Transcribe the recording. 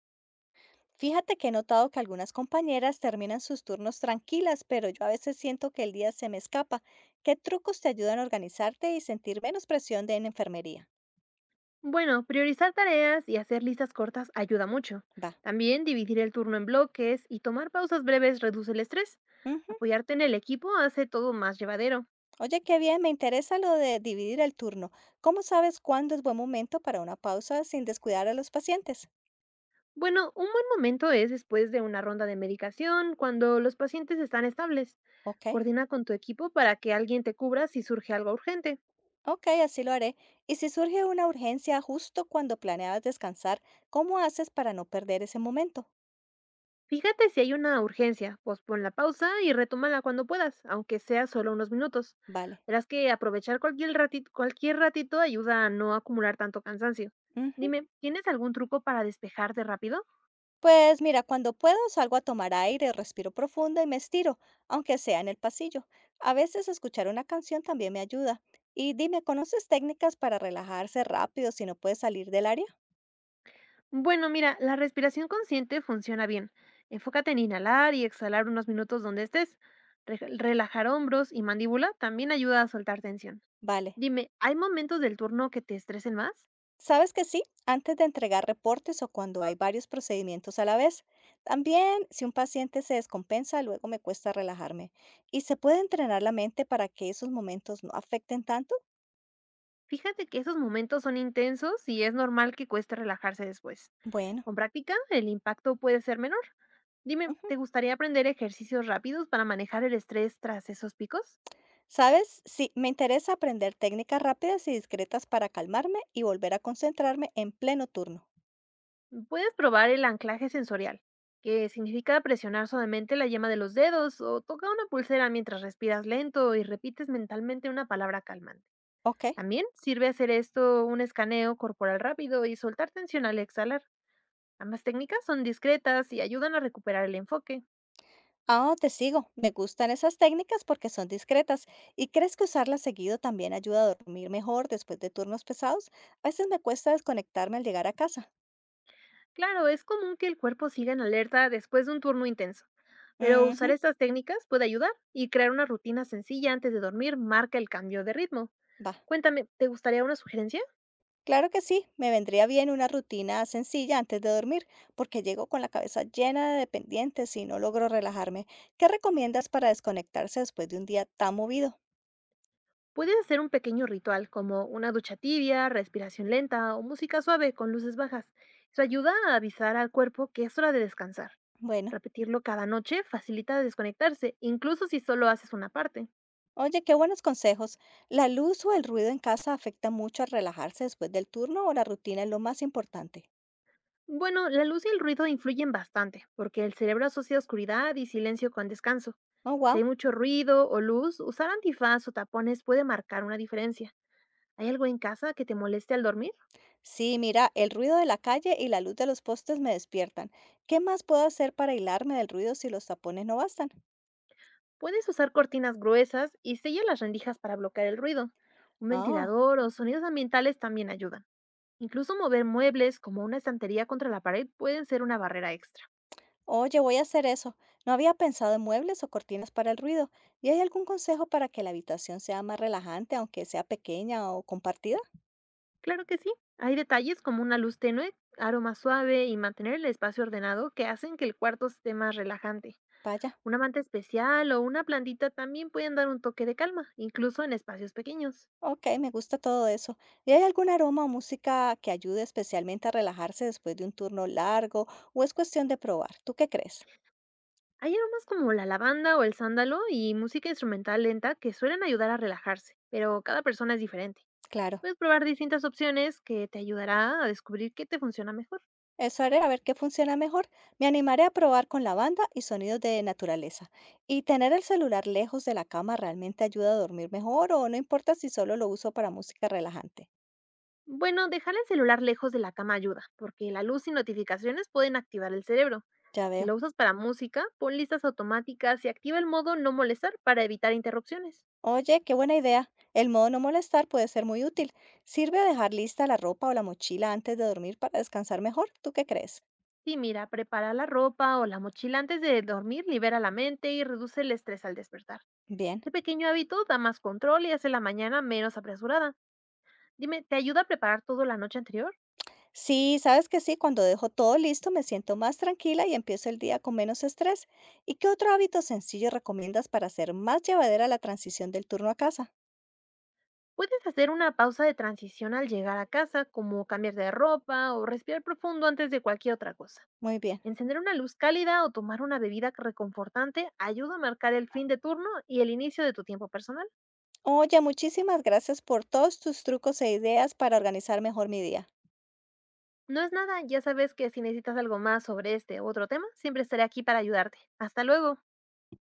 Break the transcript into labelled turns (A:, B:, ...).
A: Fíjate que he notado que algunas compañeras terminan sus turnos tranquilas, pero yo a veces siento que el día se me escapa. ¿Qué trucos te ayudan a organizarte y sentir menos presión de en enfermería?
B: Bueno, priorizar tareas y hacer listas cortas ayuda mucho.
A: Va.
B: También dividir el turno en bloques y tomar pausas breves reduce el estrés.
A: Ujú.
B: Apoyarte en el equipo hace todo más llevadero.
A: Oye, qué bien, me interesa lo de dividir el turno. ¿Cómo sabes cuándo es buen momento para una pausa sin descuidar a los pacientes?
B: Bueno, un buen momento es después de una ronda de medicación, cuando los pacientes están estables.
A: Ok,
B: Coordina con tu equipo para que alguien te cubra si surge algo urgente.
A: ok, así lo haré. Y si surge una urgencia justo cuando planeabas descansar, ¿cómo haces para no perder ese momento?
B: Fíjate si hay una urgencia, pospon la pausa y retómala cuando puedas, aunque sea solo unos minutos.
A: Vale.
B: Verás que aprovechar cualquier ratito ayuda a no acumular tanto cansancio.
A: Ujú.
B: Dime, ¿tienes algún truco para despejarte rápido?
A: Pues mira, cuando puedo salgo a tomar aire, respiro profundo y me estiro, aunque sea en el pasillo. A veces escuchar una canción también me ayuda. Y dime, ¿conoces técnicas para relajarse rápido si no puedes salir del área?
B: Bueno, mira, la respiración consciente funciona bien. Enfócate en inhalar y exhalar unos minutos donde estés. Relajar hombros y mandíbula también ayuda a soltar tensión.
A: Vale.
B: Dime, ¿hay momentos del turno que te estresen más?
A: Sabes que sí, antes de entregar reportes o cuando hay varios procedimientos a la vez. También, si un paciente se descompensa, luego me cuesta relajarme. ¿Y se puede entrenar la mente para que esos momentos no afecten tanto?
B: Fíjate que esos momentos son intensos y es normal que cueste relajarse después.
A: Bueno.
B: Con práctica, el impacto puede ser menor. Dime, ¿te gustaría aprender ejercicios rápidos para manejar el estrés tras esos picos?
A: ¿Sabes? Sí, me interesa aprender técnicas rápidas y discretas para calmarme y volver a concentrarme en pleno turno.
B: Puedes probar el anclaje sensorial, que significa presionar suavemente la yema de los dedos o toca una pulsera mientras respiras lento y repites mentalmente una palabra calmante.
A: Ok.
B: También sirve hacer esto un escaneo corporal rápido y soltar tensión al exhalar. Ambas técnicas son discretas y ayudan a recuperar el enfoque.
A: Ah, te sigo. Me gustan esas técnicas porque son discretas. ¿Y crees que usarlas seguido también ayuda a dormir mejor después de turnos pesados? A veces me cuesta desconectarme al llegar a casa.
B: Claro, es común que el cuerpo siga en alerta después de un turno intenso, pero
A: Ujú.
B: usar estas técnicas puede ayudar y crear una rutina sencilla antes de dormir marca el cambio de ritmo.
A: Va.
B: Cuéntame, ¿te gustaría una sugerencia?
A: Claro que sí, me vendría bien una rutina sencilla antes de dormir, porque llego con la cabeza llena de pendientes y no logro relajarme. ¿Qué recomiendas para desconectarse después de un día tan movido?
B: Puedes hacer un pequeño ritual como una ducha tibia, respiración lenta o música suave con luces bajas. Eso ayuda a avisar al cuerpo que es hora de descansar.
A: Bueno.
B: Repetirlo cada noche facilita desconectarse, incluso si solo haces una parte.
A: Oye, qué buenos consejos. ¿La luz o el ruido en casa afecta mucho al relajarse después del turno o la rutina es lo más importante?
B: Bueno, la luz y el ruido influyen bastante, porque el cerebro asocia oscuridad y silencio con descanso.
A: Oh,
B: Si
A: wow.
B: hay mucho ruido o luz, usar antifaz o tapones puede marcar una diferencia. ¿Hay algo en casa que te moleste al dormir?
A: Sí, mira, el ruido de la calle y la luz de los postes me despiertan. ¿Qué más puedo hacer para aislarme del ruido si los tapones no bastan?
B: Puedes usar cortinas gruesas y sella las rendijas para bloquear el ruido. Un
A: Oh,
B: ventilador o sonidos ambientales también ayudan. Incluso mover muebles como una estantería contra la pared pueden ser una barrera extra.
A: oye, voy a hacer eso. No había pensado en muebles o cortinas para el ruido. ¿Y hay algún consejo para que la habitación sea más relajante, aunque sea pequeña o compartida?
B: Claro que sí. Hay detalles como una luz tenue, aroma suave y mantener el espacio ordenado que hacen que el cuarto esté más relajante.
A: Vaya.
B: Una manta especial o una plantita también pueden dar un toque de calma, incluso en espacios pequeños.
A: Okey, me gusta todo eso. ¿Y hay algún aroma o música que ayude especialmente a relajarse después de un turno largo o es cuestión de probar? ¿Tú qué crees?
B: Hay aromas como la lavanda o el sándalo y música instrumental lenta que suelen ayudar a relajarse, pero cada persona es diferente.
A: Claro,
B: Puedes probar distintas opciones que te ayudará a descubrir qué te funciona mejor.
A: eso haré, a ver qué funciona mejor. Me animaré a probar con lavanda y sonidos de naturaleza. ¿Y tener el celular lejos de la cama realmente ayuda a dormir mejor o no importa si solo lo uso para música relajante?
B: Bueno, dejar el celular lejos de la cama ayuda, porque la luz y notificaciones pueden activar el cerebro.
A: Ya
B: Si lo
A: veo.
B: usas para música, pon listas automáticas y activa el modo no molestar para evitar interrupciones.
A: Oye, qué buena idea. El modo no molestar puede ser muy útil. ¿Sirve dejar lista la ropa o la mochila antes de dormir para descansar mejor? ¿Tú qué crees?
B: Sí, mira, prepara la ropa o la mochila antes de dormir, libera la mente y reduce el estrés al despertar.
A: Bien.
B: Ese pequeño hábito da más control y hace la mañana menos apresurada. Dime, ¿te ayuda a preparar todo la noche anterior?
A: Sí, sabes que sí, cuando dejo todo listo me siento más tranquila y empiezo el día con menos estrés. ¿Y qué otro hábito sencillo recomiendas para hacer más llevadera la transición del turno a casa?
B: Puedes hacer una pausa de transición al llegar a casa, como cambiar de ropa o respirar profundo antes de cualquier otra cosa.
A: Muy bien.
B: Encender una luz cálida o tomar una bebida reconfortante ayuda a marcar el fin de turno y el inicio de tu tiempo personal.
A: Oye, muchísimas gracias por todos tus trucos e ideas para organizar mejor mi día.
B: No es nada, ya sabes que si necesitas algo más sobre este u otro tema, siempre estaré aquí para ayudarte. Hasta luego.